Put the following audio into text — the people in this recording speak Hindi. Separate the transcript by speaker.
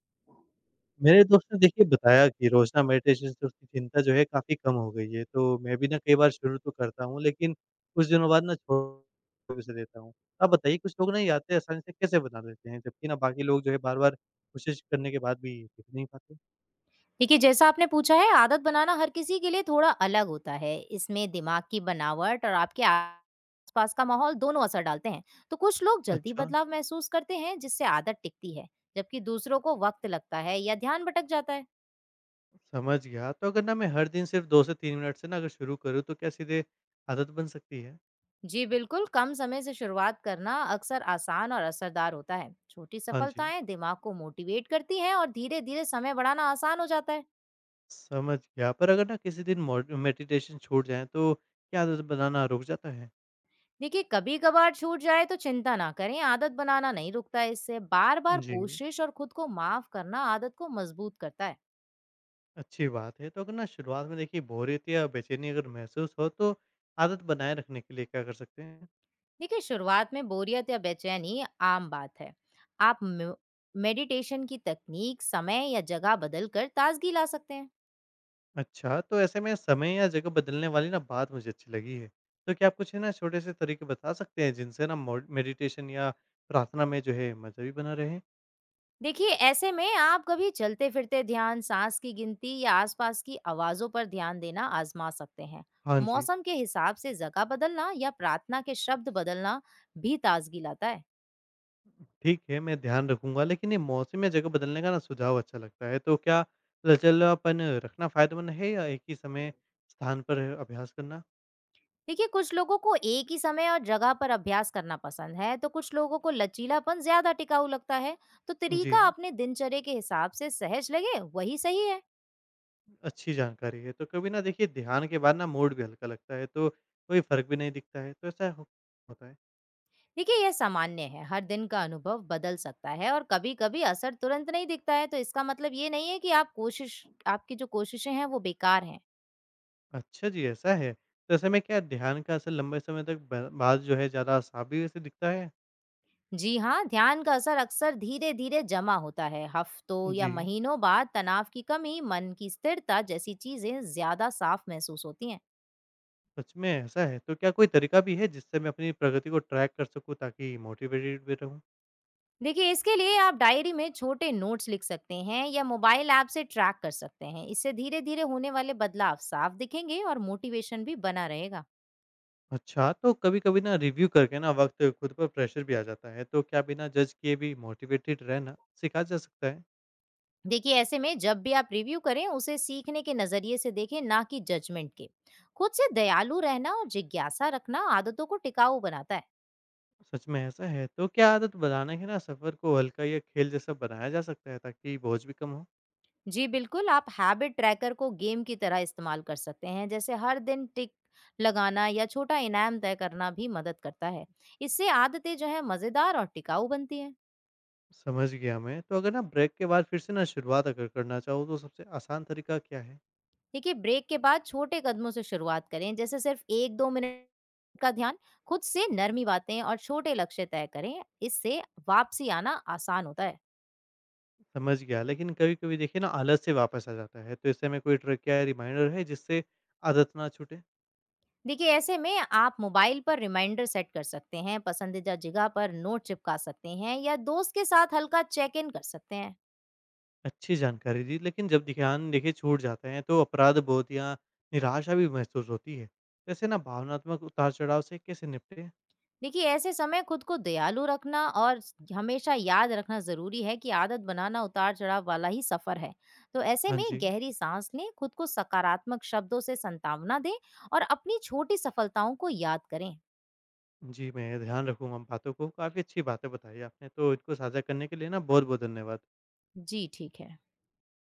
Speaker 1: मेरे दोस्त ने देखिए बताया कि रोज़ाना मेडिटेशन से उसकी चिंता जो है काफ़ी कम हो गई है, तो मैं भी ना कई बार शुरू तो करता हूँ, लेकिन कुछ दिनों बाद ना छोड़ उसे देता हूँ। आप बताइए, कुछ लोग ना ये आदतें आसानी से कैसे बना लेते हैं? जबकि ना बाकी लोग जो है बार-बार कोशिश करने के बाद भी सीख नहीं पाते?
Speaker 2: देखिए जैसा आपने पूछा है आदत बनाना हर किसी के लिए थोड़ा अलग होता है। इसमें दिमाग की बनावट और आपके आसपास का माहौल दोनों असर डालते हैं। तो कुछ लोग जल्दी
Speaker 1: अच्छा,
Speaker 2: बदलाव महसूस करते हैं जिससे आदत टिकती है, जबकि दूसरों को वक्त लगता है या ध्यान भटक जाता है।
Speaker 1: समझ गया। तो अगर ना मैं हर दिन सिर्फ 2 से 3 मिनट से ना अगर शुरू करूँ, तो क्या सीधे आदत बन सकती है?
Speaker 2: जी बिल्कुल, कम समय से शुरुआत करना अक्सर आसान और असरदार होता है। छोटी
Speaker 1: हाँ जी।
Speaker 2: सफलताएं दिमाग को मोटिवेट करती हैं और धीरे-धीरे समय बढ़ाना आसान हो जाता है।
Speaker 1: समझ गया। पर अगर ना किसी दिन मॉड मेडिटेशन छूट जाए, तो क्या आदत बनाना रुक जाता है?
Speaker 2: देखिए, कभी कभार छूट जाए तो चिंता ना करें, आदत बनाना नहीं रुकता है। इससे बार बार
Speaker 1: जी।
Speaker 2: कोशिश और खुद को माफ करना आदत को मजबूत करता है।
Speaker 1: अच्छी बात है। तो अगर ना शुरुआत में देखिए बोरियत या बेचैनी अगर महसूस हो, तो आदत बनाए रखने के लिए क्या कर सकते हैं?
Speaker 2: देखिए, शुरुआत में बोरियत या बेचैनी आम बात है। आप मेडिटेशन की तकनीक, समय या जगह बदल कर ताजगी ला सकते हैं।
Speaker 1: अच्छा, तो ऐसे में समय या जगह बदलने वाली ना बात मुझे अच्छी लगी है। तो क्या आप कुछ है ना छोटे से तरीके बता सकते हैं, जिनसे ना मोड मेडिटेशन या प्रार्थना में जो है मज़ा भी बना रहे?
Speaker 2: देखिए, ऐसे में आप कभी चलते फिरते ध्यान, सांस की गिनती या आसपास की आवाजों पर ध्यान देना आजमा सकते हैं।
Speaker 1: हाँ जी,
Speaker 2: मौसम के हिसाब से जगह बदलना या प्रार्थना के शब्द बदलना भी ताजगी लाता है।
Speaker 1: ठीक है, मैं ध्यान रखूँगा, लेकिन ये मौसम या जगह बदलने का ना सुझाव अच्छा लगता है। तो क्या लचीलापन रखना फ़ायदेमंद है, या एक ही समय स्थान पर अभ्यास करना?
Speaker 2: देखिए, कुछ लोगों को एक ही समय और जगह पर अभ्यास करना पसंद है, तो कुछ लोगों को लचीलापन ज़्यादा टिकाऊ लगता है। तो
Speaker 1: जी।
Speaker 2: तरीका अपने दिनचर्या के हिसाब से सहज लगे, वही सही है।
Speaker 1: अच्छी जानकारी है। तो कभी ना देखिए ध्यान के बाद ना मूड भी हल्का लगता है, तो कोई फ़र्क भी नहीं दिखता है, तो ऐसा हो होता है।
Speaker 2: देखिए, यह सामान्य है। हर दिन का अनुभव बदल सकता है और कभी-कभी असर तुरंत नहीं दिखता है, तो इसका मतलब ये नहीं है कि आप कोशिश आपकी जो कोशिशें हैं, वो बेकार हैं।
Speaker 1: अच्छा जी, ऐसा है। तो ऐसे में क्या ध्यान का असर लंबे समय तक ब बाद जो है ज़्यादा साफ भी वैसे दिखता है?
Speaker 2: जी हाँ, ध्यान का असर अक्सर धीरे-धीरे जमा होता है। हफ्तों या
Speaker 1: जी,
Speaker 2: महीनों बाद तनाव की कमी, मन की स्थिरता जैसी चीज़ें ज़्यादा साफ महसूस होती हैं।
Speaker 1: सच में ऐसा है। तो क्या कोई तरीका भी है, जिससे मैं अपनी प्रगति को ट्रैक कर सकूँ, ताकि मोटिवेटेड भी रहूँ?
Speaker 2: देखिए, इसके लिए आप डायरी में छोटे नोट्स लिख सकते हैं या मोबाइल ऐप से ट्रैक कर सकते हैं। इससे धीरे धीरे होने वाले बदलाव साफ दिखेंगे और मोटिवेशन भी बना रहेगा।
Speaker 1: अच्छा, तो कभी-कभी ना रिव्यू करके ना वक़्त खुद पर प्रेशर भी आ जाता है, तो क्या बिना जज किए भी मोटिवेटेड रहना सिखा जा सकता है?
Speaker 2: देखिए, ऐसे में जब भी आप रिव्यू करें, उसे सीखने के नजरिए से देखें, ना कि जजमेंट के। खुद से दयालु रहना और जिज्ञासा रखना आदतों को टिकाऊ बनाता है।
Speaker 1: सच में ऐसा है? तो क्या आदत बनाने के ना सफ़र को हल्का या खेल जैसा बनाया जा सकता है, ताकि बोझ भी कम हो?
Speaker 2: जी बिल्कुल, आप हैबिट ट्रैकर को गेम की तरह इस्तेमाल कर सकते हैं, जैसे हर दिन टिक लगाना या छोटा इनाम तय करना भी मदद करता है। इससे आदतें जो है मजेदार और टिकाऊ बनती हैं।
Speaker 1: समझ गया मैं। तो अगर ना ब्रेक के बाद फिर से ना शुरुआत अगर करना चाहो, तो सबसे आसान तरीका क्या है?
Speaker 2: देखिए, ब्रेक के बाद छोटे कदमों से शुरुआत करें, जैसे सिर्फ 1-2 मिनट का ध्यान। खुद से नरमी बातें और छोटे लक्ष्य तय करें, इससे वापसी आना आसान होता है।
Speaker 1: समझ गया, लेकिन कभी-कभी देखिए ना आलस से वापस आ जाता है, तो ऐसे में कोई ट्रिक या रिमाइंडर है, जिससे आदत ना छूटे?
Speaker 2: देखिए, ऐसे में आप मोबाइल पर रिमाइंडर सेट कर सकते हैं, पसंदीदा जगह पर नोट चिपका सकते हैं या दोस्त के साथ हल्का चेक-इन कर सकते हैं।
Speaker 1: अच्छी जानकारी दी, लेकिन जब ध्यान देखिए छूट जाते हैं, तो अपराध बोध या निराशा भी महसूस होती है। तो ऐसे ना भावनात्मक उतार-चढ़ाव से कैसे निपटें?
Speaker 2: देखिए, ऐसे समय खुद को दयालु रखना और स हमेशा याद रखना ज़रूरी है कि आदत बनाना उतार-चढ़ाव वाला ही सफ़र है। तो ऐसे
Speaker 1: हाँ
Speaker 2: में
Speaker 1: जी।
Speaker 2: गहरी साँस लें, खुद को सकारात्मक शब्दों से संतावना दें और अपनी छोटी सफलताओं को याद करें।
Speaker 1: जी, मैं ध्यान रखूँगा इन बातों को, काफ़ी अच्छी बातें बताई आपने, तो इनको साझा करने के लिए ना बहुत-बहुत धन्यवाद।
Speaker 2: जी, ठीक है।